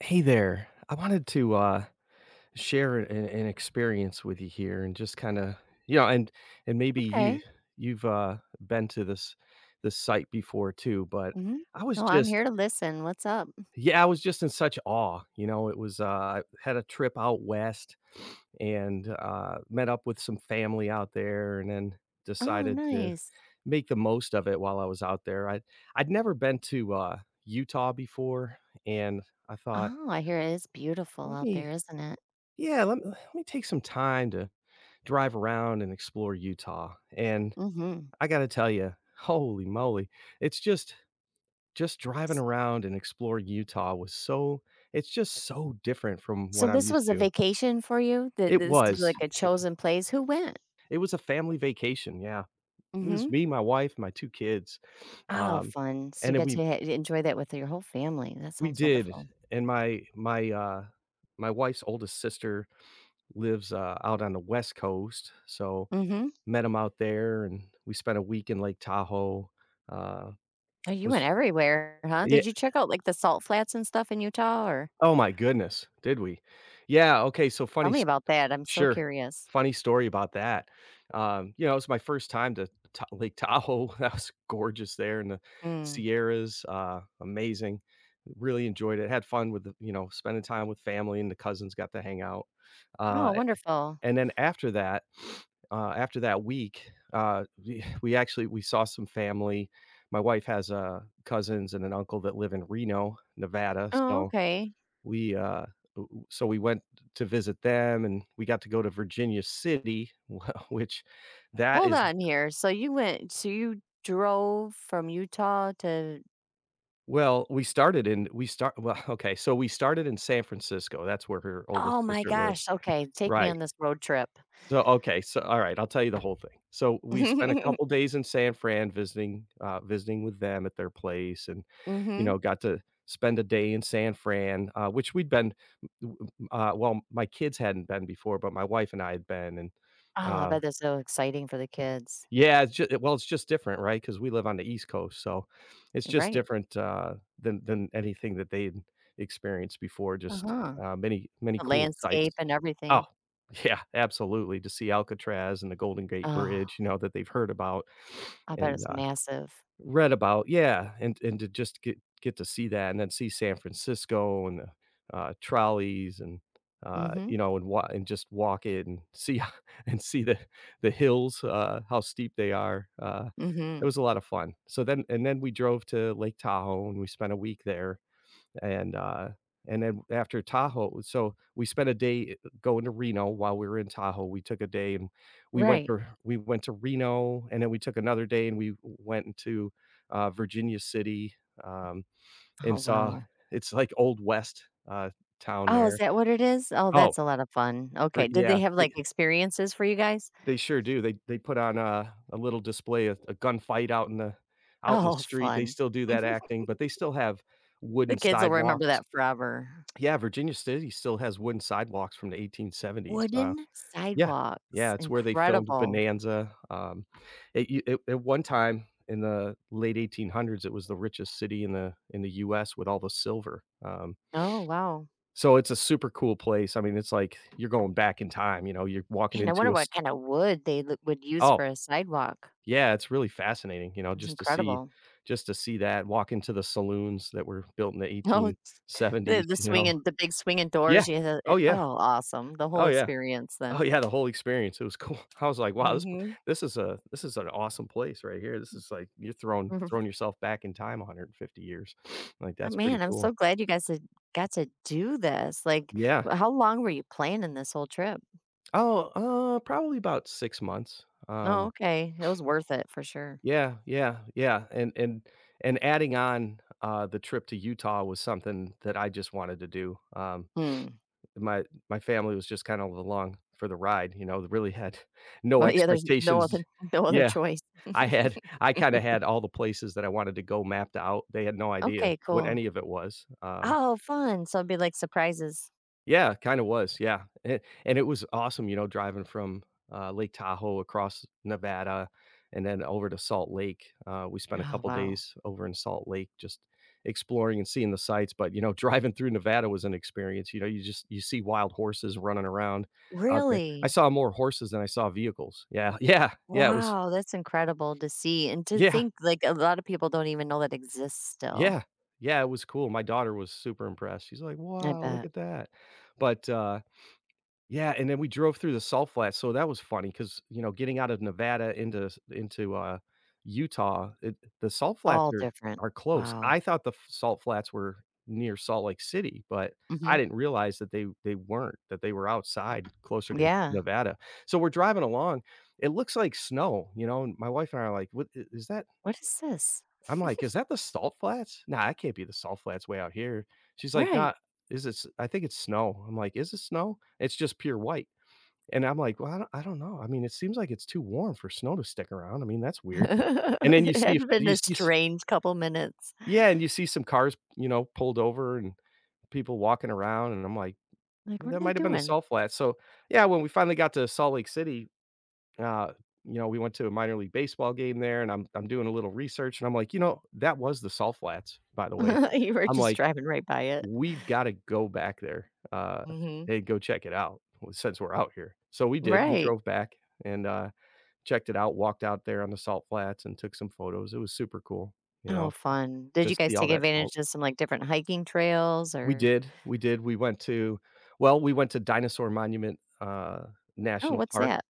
Hey there. I wanted to share an experience with you here, and just kind of, you know, and maybe you Okay. you've uh, been to this site before too. But Mhm. I was No, I'm just, here to listen. What's up? yeah, I was just in such awe. You know, it was I had a trip out west, and met up with some family out there, and then Oh, decided to nice. make the most of it while I was out there. I'd never been to Utah before, and I thought Oh, I hear it is beautiful let out me there, isn't it? Yeah, let me take some time to drive around and explore Utah. And Mhm. I gotta tell you, holy moly, it's just driving S around and exploring Utah was so it's just so different from so what I'm this used was a to. vacation for you? Th It this is was. like a chosen place? Who went? It was a family vacation, yeah. It was Mhm. me, my wife, my 2 kids, Oh, um, fun. So and you then got to ha enjoy that with your whole family. That we sounds did wonderful. and my wife's oldest sister lives, out on the West Coast. So Mhm. met him out there, and we spent a week in Lake Tahoe, uh, Oh, you went was everywhere, huh? yeah, Did you check out, like, the salt flats and stuff in Utah, or oh my goodness, did we? Yeah, okay, so tell funny me s about that. I'm so sure, curious. funny story about that. You know, it was my first time to Ta Lake Tahoe. That was gorgeous there in the Mm. Sierras, amazing, really enjoyed it, had fun with spending time with family, and the cousins got to hang out. Uh Oh, wonderful. And then after that, we we saw some family. My wife has, cousins and an uncle that live in Reno, Nevada. Oh, So okay. we, w so we went to visit them, and we got to go to Virginia City, wh which that Hold is on here. So you drove from Utah to. well, we started in we start well, okay, so we started in San Francisco. That's where her Oh oldest my sister lives. gosh, okay, take me Right. on this road trip. So, okay, so all right, I'll tell you the whole thing. So we spent a couple days in San Fran visiting with them at their place. And, you Mhm. know, got to spend a day in San Fran, which we'd been, w- w- well, my kids hadn't been before, but my wife and I had been. And, Ah, I uh bet that's so exciting for the kids. yeah, it's ju well, it's just different, right? Because we live on the East Coast, so it's just Right. different, than anything that they'd experienced before. Just, Uh-huh. Many many The cool landscape sights. and Oh, everything. yeah, absolutely, to see Alcatraz and the Golden Gate Oh, Bridge, you know, that they've heard about, I bet and, it's uh massive. read about. Yeah, and to just get to see that, and then see San Francisco and the, trolleys, and, Mhm. you know, and just walk it and see and see the hills, how steep they are. It Mhm. was a lot of fun. Then we drove to Lake Tahoe and we spent a week there. And, then after Tahoe, so we spent a day going to Reno while we were in Tahoe. We took a day and Right. We went to Reno, and then we took another day and we went into, Virginia City, um, Oh, and saw wow. it's like Old West, town Oh, is there. that what it is? Oh, Oh, that's a lot of fun. for Okay, did they yeah, have, they like, experiences for you guys? They put on a little display of a gunfight out in the Oh, street. They fun. still do that acting, but they still have The wooden kids will remember sidewalks. that forever. Yeah, Virginia City still has wooden sidewalks from the 1870s. Wooden Yeah, sidewalks, yeah, it's where they filmed incredible. Bonanza. It at one time in the late 1800s, it was the richest city in the US with all the silver. Oh, wow. So it's a super cool place. I mean, it's like you're going back in time. You know, you're walking Man, I into wonder a s what kind of wood they l would use for oh, a sidewalk. yeah, it's really fascinating, you know, That's just to see incredible. That, walk into the saloons that were built in the Oh, it's the 1870s, the you know? swinging the big swinging Yeah. doors, you know, Oh, it yeah. oh, awesome, the whole Oh, yeah. experience Oh then. yeah, the whole experience, it was cool. I was like, "Wow, Mhm. This is an awesome place right here. This is like you're throwing yourself back in time 150 years." Like, Oh, that's pretty man, I'm so cool. glad you guys had got to do this, like, Yeah. w how long were you planning this whole trip? Oh, probably about 6 months. Oh, okay, it was worth it for sure. Yeah, yeah, yeah, and adding on, the trip to Utah was something that I just wanted to do. Hmm. my my family was just kind of along for the ride. You know, they really had no Well, yeah, there's no other expectations. no other Yeah. choice. I kinda had all the places that I wanted to go mapped out. They had no idea Okay, what cool. any of it was. Oh, fun. So it'd be like surprises. Yeah, kinda was, yeah. And it was awesome, you know, driving from, Lake Tahoe across Nevada and then over to Salt Lake. We spent a Oh, couple wow. days over in Salt Lake just exploring and seeing the sights. But, you know, driving through Nevada was an experience. You know, you see wild horses running around out there. I Really? saw more horses than I saw vehicles. Yeah, Wow, that's incredible to see and to yeah. think like a lot of people don't even know that exists still. Yeah. Yeah, it was cool. My daughter was super impressed. She's like, I "Wow, look bet. at that." But, yeah, and then we drove through the salt flats. So that was funny because, you know, getting out of Nevada into, Utah, it the salt flats All are different. Close. Wow. I thought the f salt flats were near Salt Lake City, but I Mhm. didn't realize that they weren't, that they were outside closer to Yeah. Nevada. So we're driving along, it looks like snow, you know, and my wife and I are like, "What I is that? What is this? I'm like, "Is that the salt flats? Nah, that can't be the salt flats way out here." She's like, Right. "Nah, is it s I think it's snow." I'm like, "Is it snow? It's just pure white." And I'm like, "Well, I don't know. I mean, it seems like it's too warm for snow to stick around. I mean, that's weird." And then you It see had to if have been you a see s strange couple minutes. yeah, and you see some cars, you know, pulled over and people walking around, and I'm like, Like, "Well, what are that they might have been the doing? salt flats." So yeah, when we finally got to Salt Lake City, uh, you know, we went to a minor league baseball game there. And I'm doing a little research, and I'm like, "You know, that was the Salt Flats, by the way." You were I'm just like, driving right by it. "We've gotta go back there, Mhm. and go check it out since we're out here." So we did, we Right. drove back and, checked it out, walked out there on the Salt Flats, and took some photos. It was super cool, you Oh, know, fun. Did to you guys see all take that salt. advantage of some like different hiking trails We or, did, we went to we went to Dinosaur Monument, oh, National what's Park. that?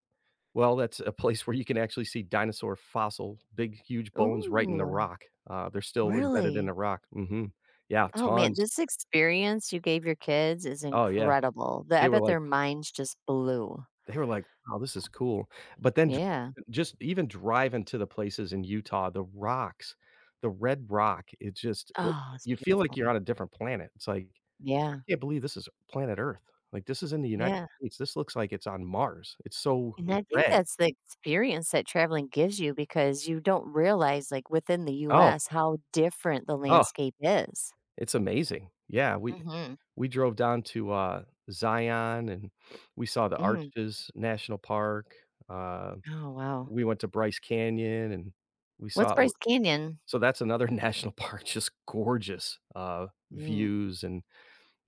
Well, that's a place where you can actually see dinosaur fossil, big, huge bones right in the Ooh. rock. They're still embedded in Really? the rock. Mhm. Yeah, Oh, man, tons. this experience you gave your kids is Oh, yeah. incredible. The I They were bet like their minds just blew. they were like, "Wow, this is cool." But then dr Yeah. just even driving to the places in Utah, the rocks, the red rock, it just it Oh, it's you feel like beautiful. you're on a different planet. It's like, Yeah, "I can't believe this is planet Earth." Like, this is in the United yeah, States. This looks like it's on Mars. It's so and I think red. that's the experience that traveling gives you because you don't realize, like, within the Oh, US how different the oh, landscape is. it's amazing. Mhm. We drove down to, Zion, and we saw the Mm. Arches National Park. Uh, Oh, wow. we went to Bryce Canyon, and we What's saw w Bryce Canyon? so that's another national park, just gorgeous, Mm. views. And,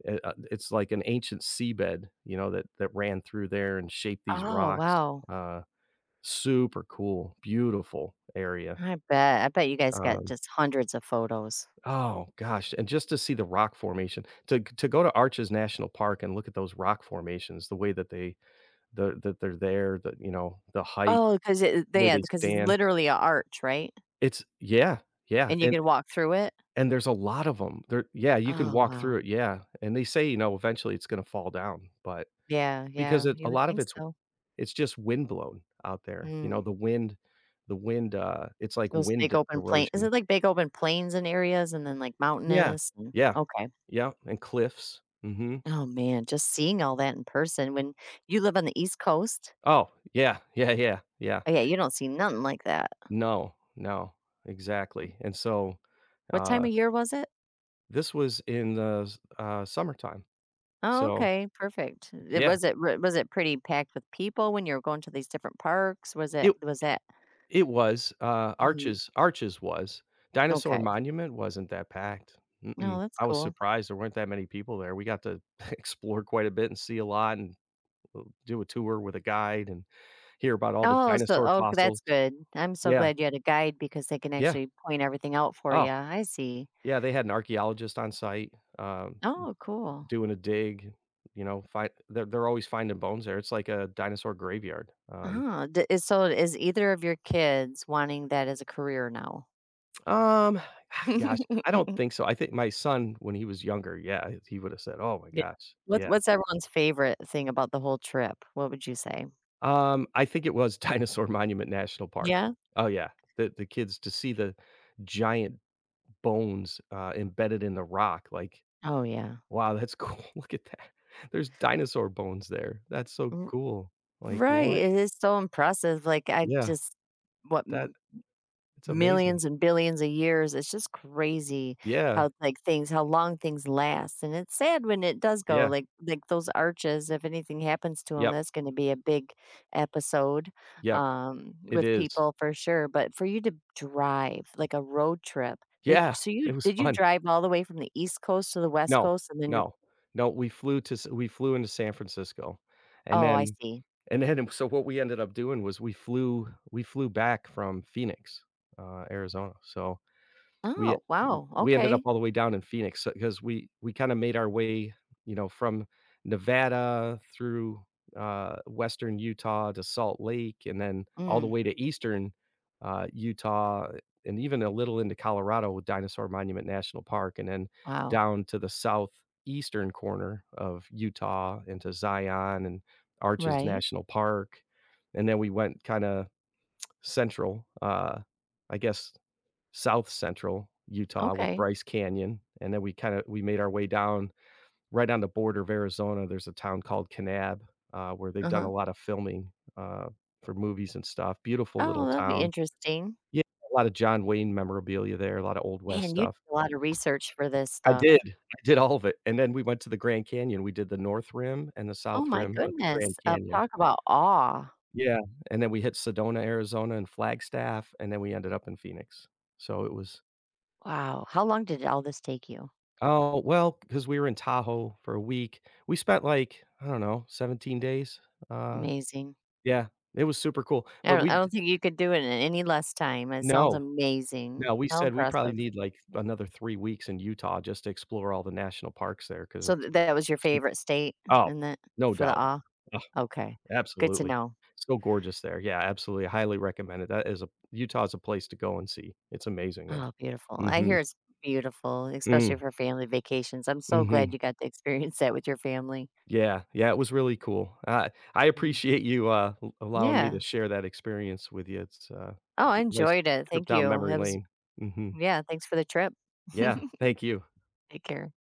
it's like an ancient seabed, you know, that ran through there and shaped these Oh, rocks. wow. Uh, super cool, beautiful area. I bet. I bet you guys got Um just hundreds of photos. oh gosh, and just to see the rock formation, to go to Arches National Park and look at those rock formations, they're there, the you know, the height, Oh, 'cause it the they way had, they because it's stand. literally a arch, right? It's yeah, yeah, And you and could walk through it? There's a lot of them. There yeah, you can Oh, walk wow. through it, yeah. And they say, you know, eventually it's gonna fall down, but Yeah, because yeah, it a you would lot of think it's so. Just wind blown out there. You know, Mm, the wind, it's like those big wind open plain is erosion. it like big open plains and areas and then, like, Yeah, mountainous and yeah, okay. yeah, and cliffs, mhm. Oh, man, just seeing all that in person when you live on the East Coast? Oh, yeah, yeah, yeah, yeah. Oh, yeah, you don't see nothing like that. No, no, exactly. And so, What time uh of year was it? this was in the summertime. Oh, So, okay, perfect. It yeah, was it r was it pretty packed with people when you were going to these different parks? It Was that it was, mhm, Arches was. Dinosaur okay. Monument wasn't that packed. Mm-mm. No, that's I was cool. surprised there weren't that many people there. We got to explore quite a bit and see a lot, and, do a tour with a guide and hear about all the dinosaur Oh, that's fossils. good. I'm so Yeah, glad you had a guide because they can yeah. actually point everything out for Oh, you. I see. yeah, they had an archaeologist on site, um, Oh, cool. doing a dig. You know, find they're always finding bones there. It's like a dinosaur graveyard. Oh, d is so is either of your kids wanting that as a career now? Um, gosh, I don't think so. I think my son, when he was younger, yeah, he would have said, "Oh my Yeah. gosh." Yeah. What's everyone's favorite thing about the whole trip? What would you say? I think it was Dinosaur Monument National Park. Yeah? Oh, yeah. The kids to see the giant bones, embedded in the rock, like, Oh, yeah. "Wow, that's cool. Look at that. There's dinosaur bones there. That's so R cool." Like, right, "What?" it is so impressive, like, I Yeah. just what That it's amazing. millions and billions of years, it's just crazy Yeah. how, like, things how long things last, and it's sad when it does go, Yeah. like, those arches, if anything happens to them, Yep. that's gonna be a big episode, Yep. It with is. people for sure, but for you to drive, like, a road trip, did y- Yeah. so you It was did you fun. drive all the way from the East Coast to the West No, Coast and then you're no, no, we flew into San Francisco, and oh, I then see. So what we ended up doing was we flew back from Phoenix, Arizona. So we Oh, wow, we ended up okay. all the way down in Phoenix, because we kinda made our way, you know, from Nevada through, Western Utah to Salt Lake, and then all the Mm, way to Eastern, Utah, and even a little into Colorado with Dinosaur Monument National Park, and then wow. down to the southeastern corner of Utah into Zion and Arches Right. National Park. And then we went kinda central, I guess South Central Utah with Okay. Bryce Canyon. And then we made our way down right on the border of Arizona. There's a town called Kanab, where they've done Uh-huh. a lot of filming, for movies and stuff. Beautiful Oh, little that'll be town. interesting. Yeah, a lot of John Wayne memorabilia there, a lot of Old West Man, you stuff. did a lot of research for this stuff. I did all of it. And then we went to the Grand Canyon. We did the North Rim and the Oh South my Rim of the goodness. Grand Canyon. Talk about awe. Yeah, and then we hit Sedona, Arizona, and Flagstaff, and then we ended up in Phoenix. So it was Wow. How long did all this take you? Oh, well, because we were in Tahoe for a week. We spent, like, I don't know, 17 days. uh Amazing. Yeah, it was super cool, but we I don't d think you could do it in any less time. It sounds no, amazing. no, we How said we probably impressive. need, like, another 3 weeks in Utah just to explore all the national parks there, because So it's th- a that was your favorite state Oh, and that no for the doubt. awe? Ugh, Okay. Good to absolutely. know. So gorgeous there. Yeah, absolutely, I highly recommend it. That is a Utah's a place to go and see. It's amazing there. Oh, beautiful. I hear Mhm. it's beautiful, especially Mm. for family vacations. I'm so glad Mhm. you got to experience that with your family. Yeah, yeah, it was really cool. I Mm. appreciate you, al allowing me Yeah. to share that experience with you. It's, Oh, I g nice enjoyed it. trip Thank down you. memory That was, lane. Mhm. yeah, thanks for the trip. Yeah, thank you. Take care.